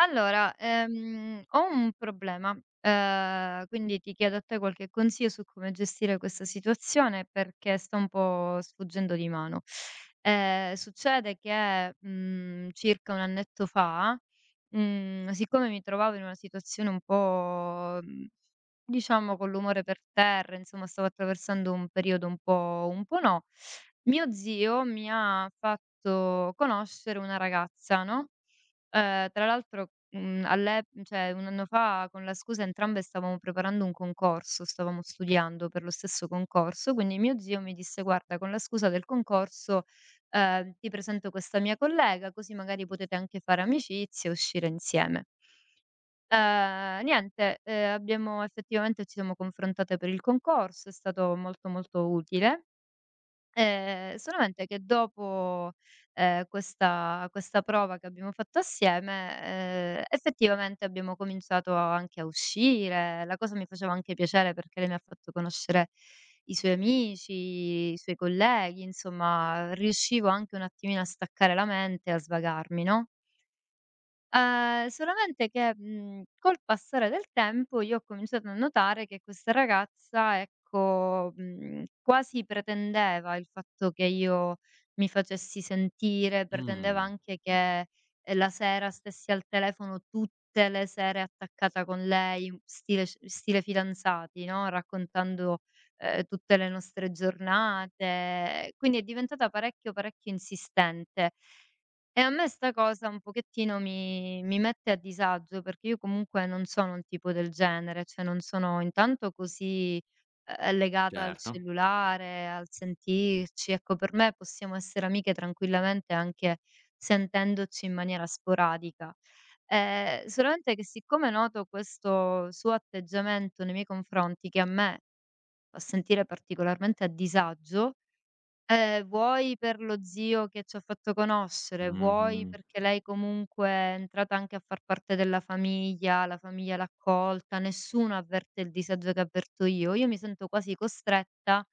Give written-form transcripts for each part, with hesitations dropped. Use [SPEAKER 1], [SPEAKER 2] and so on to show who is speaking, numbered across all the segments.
[SPEAKER 1] Allora, ho un problema, quindi ti chiedo a te qualche consiglio su come gestire questa situazione perché sta un po' sfuggendo di mano. Succede che, circa 1 annetto fa, siccome mi trovavo in una situazione un po', diciamo con l'umore per terra, insomma stavo attraversando un periodo un po' no, mio zio mi ha fatto conoscere una ragazza, no? Tra l'altro, all'ep cioè 1 anno fa con la scusa entrambe stavamo preparando un concorso, stavamo studiando per lo stesso concorso, quindi mio zio mi disse: "Guarda, con la scusa del concorso, ti presento questa mia collega, così magari potete anche fare amicizia e uscire insieme". Niente, abbiamo effettivamente ci siamo confrontate per il concorso, è stato molto, molto utile. Solamente che dopo, questa prova che abbiamo fatto assieme, effettivamente abbiamo cominciato anche a uscire, la cosa mi faceva anche piacere perché lei mi ha fatto conoscere i suoi amici, i suoi colleghi, insomma riuscivo anche un attimino a staccare la mente e a svagarmi, no? Solamente che, col passare del tempo io ho cominciato a notare che questa ragazza, ecco, quasi pretendeva il fatto che io mi facessi sentire, pretendeva
[SPEAKER 2] Mh,
[SPEAKER 1] anche che, la sera stessi al telefono tutte le sere attaccata con lei, stile fidanzati, no, raccontando, tutte le nostre giornate. Quindi è diventata parecchio, parecchio insistente. E a me sta cosa un pochettino mi mette a disagio, perché io comunque non sono un tipo del genere, cioè non sono intanto così, legata al
[SPEAKER 2] certo.
[SPEAKER 1] cellulare, al sentirci. Ecco, per me possiamo essere amiche tranquillamente anche sentendoci in maniera sporadica. Solamente che siccome noto questo suo atteggiamento nei miei confronti, che a me fa sentire particolarmente a disagio, vuoi per lo zio che ci ha fatto conoscere, vuoi
[SPEAKER 2] Mh-mh,
[SPEAKER 1] perché lei comunque è entrata anche a far parte della famiglia, la famiglia l'ha accolta, nessuno avverte il disagio che avverto io. Io mi sento quasi costretta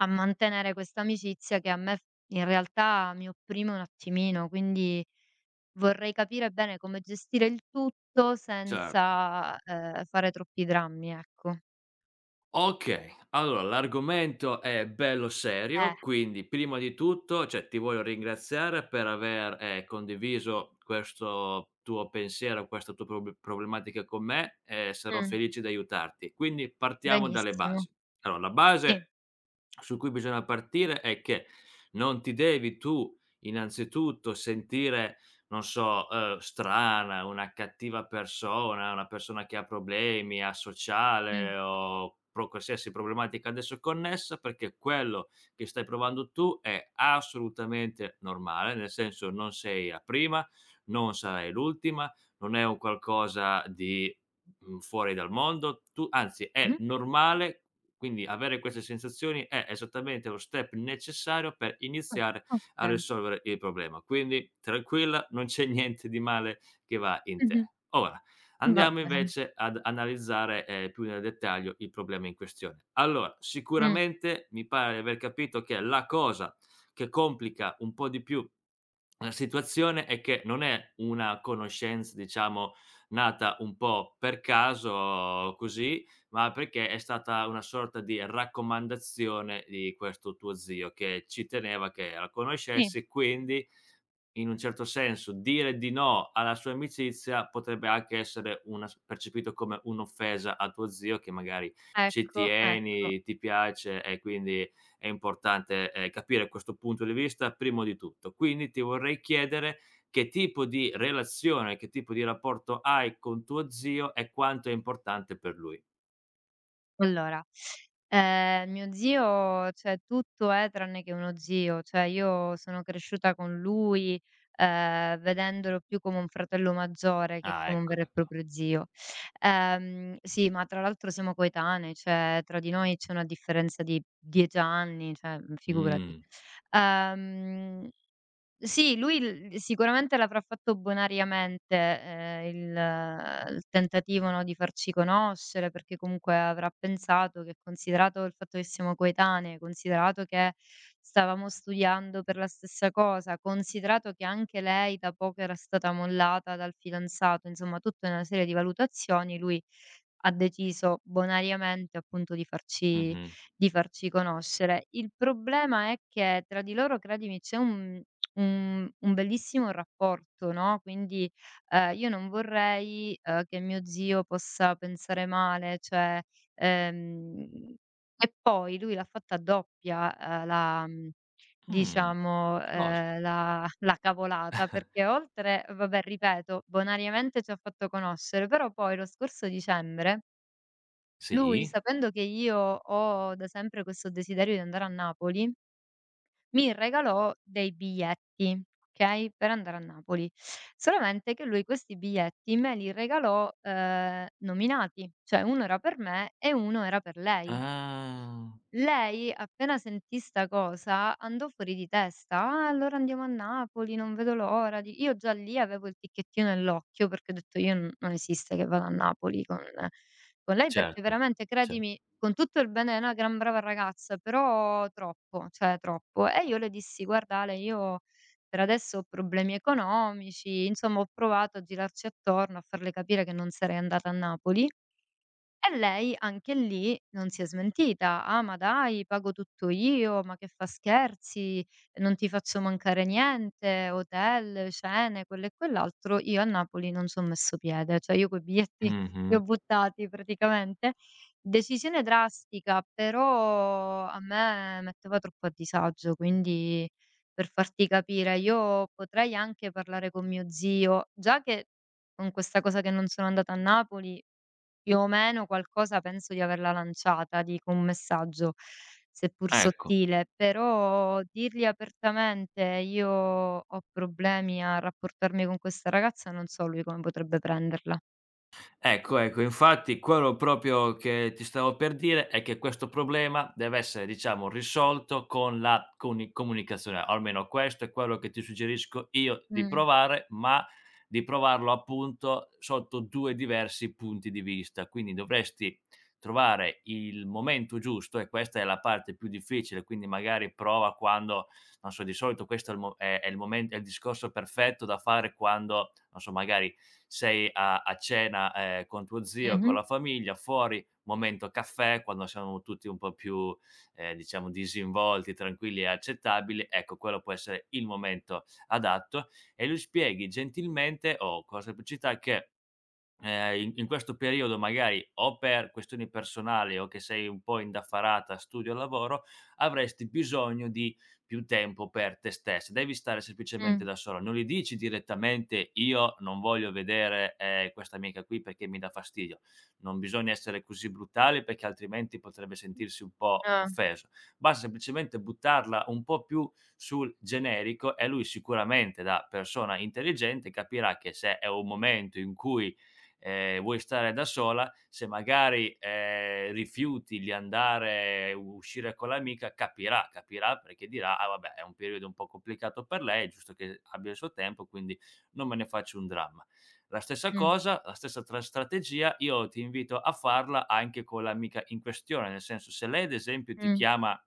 [SPEAKER 1] a mantenere questa amicizia che a me f in realtà mi opprime un attimino, quindi vorrei capire bene come gestire il tutto
[SPEAKER 2] certo.
[SPEAKER 1] senza, fare troppi drammi, ecco.
[SPEAKER 2] Okay, allora l'argomento è bello
[SPEAKER 1] Eh.
[SPEAKER 2] serio, quindi prima di tutto, cioè, ti voglio ringraziare per aver, condiviso questo tuo pensiero, questa tua problematica con me e sarò
[SPEAKER 1] Mh,
[SPEAKER 2] felice di aiutarti. Quindi partiamo dalle
[SPEAKER 1] benissimo.
[SPEAKER 2] basi. Allora, la
[SPEAKER 1] Sì.
[SPEAKER 2] base su cui bisogna partire è che non ti devi tu innanzitutto sentire non so, strana, una cattiva persona, una persona che ha problemi,
[SPEAKER 1] Mh.
[SPEAKER 2] asociale o pro qualsiasi problematica ad esso connessa, perché quello che stai provando tu è assolutamente normale, nel senso non sei la prima, non sarai l'ultima, non è un qualcosa di, fuori dal mondo, tu anzi è
[SPEAKER 1] Mh-mh.
[SPEAKER 2] normale, quindi avere queste sensazioni è esattamente lo step necessario per iniziare
[SPEAKER 1] Ah,
[SPEAKER 2] a
[SPEAKER 1] okay.
[SPEAKER 2] risolvere il problema. Quindi tranquilla, non c'è niente di male che va in
[SPEAKER 1] Mh-mh.
[SPEAKER 2] te. Ora,
[SPEAKER 1] Va
[SPEAKER 2] andiamo
[SPEAKER 1] bene.
[SPEAKER 2] invece ad analizzare, più nel dettaglio il problema in questione. Allora,
[SPEAKER 1] Mh,
[SPEAKER 2] sicuramente mi pare di aver capito che la cosa che complica un po' di più la situazione è che non è una conoscenza, diciamo, nata un po' per caso così, ma perché è stata una sorta di raccomandazione di questo tuo zio che ci teneva che la
[SPEAKER 1] sì,
[SPEAKER 2] conoscessi, quindi in un certo senso dire di no alla sua amicizia potrebbe anche essere una s percepito come un'offesa a tuo zio che magari ci
[SPEAKER 1] ecco, ecco.
[SPEAKER 2] tieni, ti piace e quindi è importante, capire questo punto di vista primo di tutto. Quindi ti vorrei chiedere che tipo di relazione, che tipo di rapporto hai con tuo zio e quanto è importante per lui.
[SPEAKER 1] Allora, mio zio, cioè tutto è tranne che uno zio, cioè io sono cresciuta con lui, vedendolo più come un fratello maggiore che
[SPEAKER 2] Ah,
[SPEAKER 1] come un
[SPEAKER 2] ecco,
[SPEAKER 1] vero e
[SPEAKER 2] ecco.
[SPEAKER 1] proprio zio. Sì, ma tra l'altro siamo coetanei, cioè tra di noi c'è una differenza di 10 anni, cioè, figurati.
[SPEAKER 2] Mh.
[SPEAKER 1] Ehm Sì, lui l sicuramente l'avrà fatto bonariamente, il tentativo, no, di farci conoscere, perché comunque avrà pensato che considerato il fatto che siamo coetanee, considerato che stavamo studiando per la stessa cosa, considerato che anche lei da poco era stata mollata dal fidanzato, insomma tutta una serie di valutazioni, lui ha deciso bonariamente appunto
[SPEAKER 2] Mh-mh.
[SPEAKER 1] di farci conoscere. Il problema è che tra di loro, credimi, c'è un bellissimo rapporto, no, quindi, io non vorrei, che mio zio possa pensare male, cioè, ehm e poi lui l'ha fatta doppia, la
[SPEAKER 2] Mh,
[SPEAKER 1] diciamo,
[SPEAKER 2] cosa?
[SPEAKER 1] la la cavolata, perché oltre vabbè ripeto, bonariamente ci ha fatto conoscere, però poi lo scorso dicembre, lui
[SPEAKER 2] Sì?
[SPEAKER 1] sapendo che io ho da sempre questo desiderio di andare a Napoli mi regalò dei biglietti, okay, per andare a Napoli. Solamente che lui questi biglietti me li regalò, nominati, cioè 1 era per me e 1 era per lei.
[SPEAKER 2] Ah,
[SPEAKER 1] Lei appena sentì 'sta cosa andò fuori di testa: "Ah, allora andiamo a Napoli, non vedo l'ora di". Io già lì avevo il ticchettino nell'occhio perché ho detto: "Io n non esiste che vado a Napoli con lei", perché
[SPEAKER 2] certo,
[SPEAKER 1] veramente
[SPEAKER 2] cer
[SPEAKER 1] credimi, con tutto il bene è una gran brava ragazza, però troppo, cioè troppo. E io le dissi: "Guarda Ale, io per adesso ho problemi economici", insomma ho provato a girarci attorno, a farle capire che non sarei andata a Napoli e lei anche lì non si è smentita: "Ah, ma dai, pago tutto io, ma che fa scherzi, non ti faccio mancare niente, hotel, cene, quello e quell'altro." Io a Napoli non c'ho messo piede, cioè io quei biglietti li
[SPEAKER 2] mh-mh.
[SPEAKER 1] ho buttati praticamente. Decisione drastica, però a me metteva troppo a disagio, quindi per farti capire, io potrei anche parlare con mio zio, già che con questa cosa che non sono andata a Napoli più o meno qualcosa penso di averla lanciata, dico un messaggio, seppur
[SPEAKER 2] Ecco.
[SPEAKER 1] sottile, però dirgli apertamente: "Io ho problemi a rapportarmi con questa ragazza", non so lui come potrebbe prenderla.
[SPEAKER 2] Ecco, ecco, infatti quello proprio che ti stavo per dire è che questo problema deve essere, diciamo, risolto con la coni comunicazione, almeno questo è quello che ti suggerisco io di
[SPEAKER 1] Mh.
[SPEAKER 2] provare, ma di provarlo appunto sotto 2 diversi punti di vista. Quindi dovresti trovare il momento giusto e questa è la parte più difficile, quindi magari prova quando non so, di solito questo è il mo è il momen è il discorso perfetto da fare quando non so, magari sei a cena, con tuo zio, con
[SPEAKER 1] Mh-mh.
[SPEAKER 2] la famiglia, fuori, momento caffè, quando siamo tutti un po' più, diciamo disinvolti, tranquilli e accettabili, ecco quello può essere il momento adatto e lui spieghi gentilmente o con semplicità che in questo periodo magari o per questioni personali o che sei un po' indaffarata, studio e lavoro, avresti bisogno di più tempo per te stessa. Devi stare semplicemente
[SPEAKER 1] Mh.
[SPEAKER 2] da sola. Non gli dici direttamente: "Io non voglio vedere, questa amica qui perché mi dà fastidio". Non bisogna essere così brutali perché altrimenti potrebbe sentirsi un po'
[SPEAKER 1] Ah.
[SPEAKER 2] offeso. Basta semplicemente buttarla un po' più sul generico e lui sicuramente da persona intelligente capirà che se è un momento in cui vuoi stare da sola, se magari, rifiuti di andare uscire con l'amica capirà, capirà perché dirà: "Ah vabbè, è un periodo un po' complicato per lei, è giusto che abbia il suo tempo, quindi non me ne faccio un dramma". La stessa
[SPEAKER 1] Mh.
[SPEAKER 2] cosa, la stessa tra strategia io ti invito a farla anche con l'amica in questione, nel senso, se lei ad esempio ti
[SPEAKER 1] Mh.
[SPEAKER 2] chiama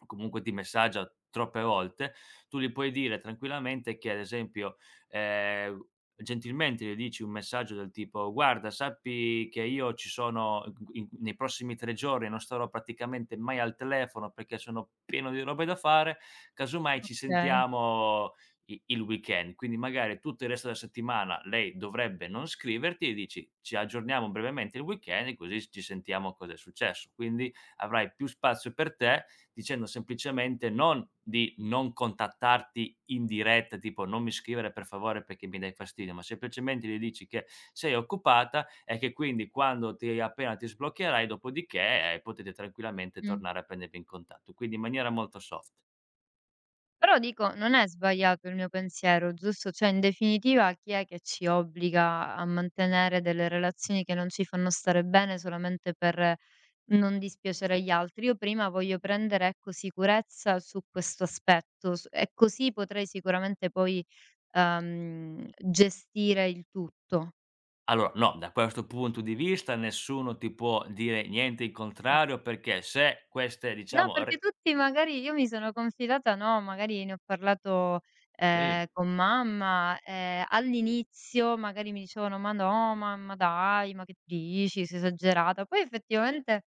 [SPEAKER 2] o comunque ti messaggia troppe volte, tu gli puoi dire tranquillamente che ad esempio, ehm gentilmente gli dici un messaggio del tipo: "Guarda, sappi che io ci sono in nei prossimi 3 giorni, non starò praticamente mai al telefono perché sono pieno di robe da fare, casomai ci
[SPEAKER 1] Okay.
[SPEAKER 2] sentiamo i il weekend". Quindi magari tutto il resto della settimana lei dovrebbe non scriverti e dici: "Ci aggiorniamo brevemente il weekend e così ci sentiamo cosa è successo". Quindi avrai più spazio per te dicendo semplicemente non di non contattarti in diretta, tipo: "Non mi scrivere per favore perché mi dai fastidio", ma semplicemente gli dici che sei occupata e che quindi quando ti appena ti sbloccherai, dopodiché, potete tranquillamente
[SPEAKER 1] Mh.
[SPEAKER 2] tornare a prendervi in contatto, quindi in maniera molto soft.
[SPEAKER 1] Però dico, non è sbagliato il mio pensiero, giusto? Cioè, in definitiva chi è che ci obbliga a mantenere delle relazioni che non ci fanno stare bene solamente per non dispiacere agli altri. Io prima voglio prendere, ecco, sicurezza su questo aspetto s e così potrei sicuramente poi, gestire il tutto.
[SPEAKER 2] Allora no, da questo punto di vista nessuno ti può dire niente in
[SPEAKER 1] Ah.
[SPEAKER 2] contrario perché se queste
[SPEAKER 1] No,
[SPEAKER 2] diciamo
[SPEAKER 1] perché
[SPEAKER 2] re
[SPEAKER 1] tutti magari io mi sono confidata, no, magari ne ho parlato,
[SPEAKER 2] sì.
[SPEAKER 1] con mamma, all'inizio magari mi dicevano: "Ma no, mamma dai, ma che dici, sei esagerata". Poi effettivamente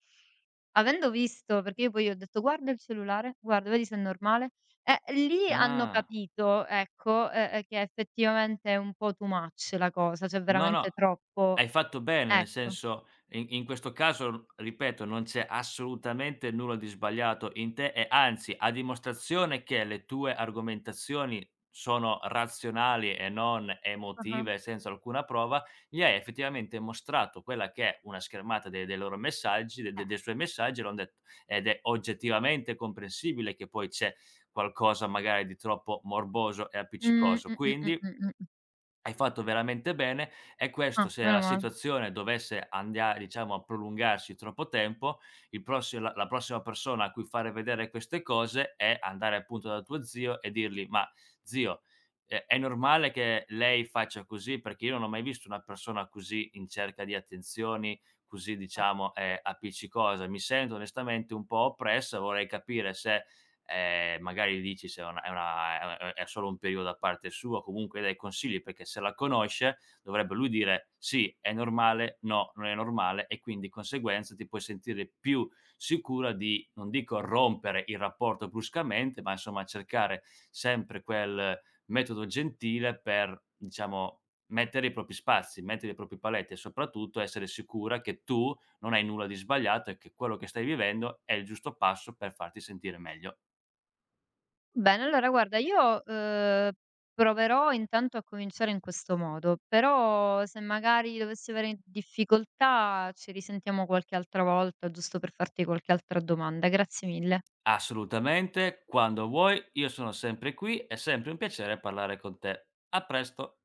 [SPEAKER 1] avendo visto perché io poi ho detto: "Guarda il cellulare, guarda, vedi se è normale". Lì hanno
[SPEAKER 2] Ah.
[SPEAKER 1] capito, ecco, che effettivamente è un po' too much la cosa, cioè
[SPEAKER 2] No,
[SPEAKER 1] veramente
[SPEAKER 2] no,
[SPEAKER 1] troppo
[SPEAKER 2] hai fatto bene, nel
[SPEAKER 1] ecco.
[SPEAKER 2] senso in questo caso, ripeto, non c'è assolutamente nulla di sbagliato in te e anzi, a dimostrazione che le tue argomentazioni sono razionali e non
[SPEAKER 1] Ah-ah.
[SPEAKER 2] emotive senza alcuna prova, gli hai effettivamente mostrato quella che è una schermata de dei loro messaggi, de de
[SPEAKER 1] Eh.
[SPEAKER 2] dei suoi messaggi, l'hanno detto ed è oggettivamente comprensibile che poi c'è qualcosa magari di troppo morboso e
[SPEAKER 1] Mh,
[SPEAKER 2] appiccicoso.
[SPEAKER 1] mh, mh, mh,
[SPEAKER 2] Quindi
[SPEAKER 1] mh, mh.
[SPEAKER 2] hai fatto veramente bene e questo
[SPEAKER 1] Ah,
[SPEAKER 2] se la
[SPEAKER 1] meno male.
[SPEAKER 2] situazione dovesse andia diciamo a prolungarsi troppo tempo, il prossi la la prossima persona a cui fare vedere queste cose è andare appunto da tuo zio e dirgli: "Ma zio, è normale che lei faccia così? Perché io non ho mai visto una persona così in cerca di attenzioni, così diciamo, appiccicosa. Mi sento onestamente un po' oppressa, vorrei capire se magari dici se è una è solo un periodo da parte sua, comunque dai consigli perché se la conosce dovrebbe lui dire: "Sì, è normale, no, non è normale" e quindi di conseguenza ti puoi sentire più sicura di, non dico rompere il rapporto bruscamente, ma insomma cercare sempre quel metodo gentile per, diciamo, mettere i propri spazi, mettere i propri paletti e soprattutto essere sicura che tu non hai nulla di sbagliato e che quello che stai vivendo è il giusto passo per farti sentire meglio.
[SPEAKER 1] Bene, allora guarda io, proverò intanto a cominciare in questo modo, però se magari dovessi avere difficoltà ci risentiamo qualche altra volta, giusto per farti qualche altra domanda. Grazie mille.
[SPEAKER 2] Assolutamente, quando vuoi, io sono sempre qui, è sempre un piacere parlare con te. A presto.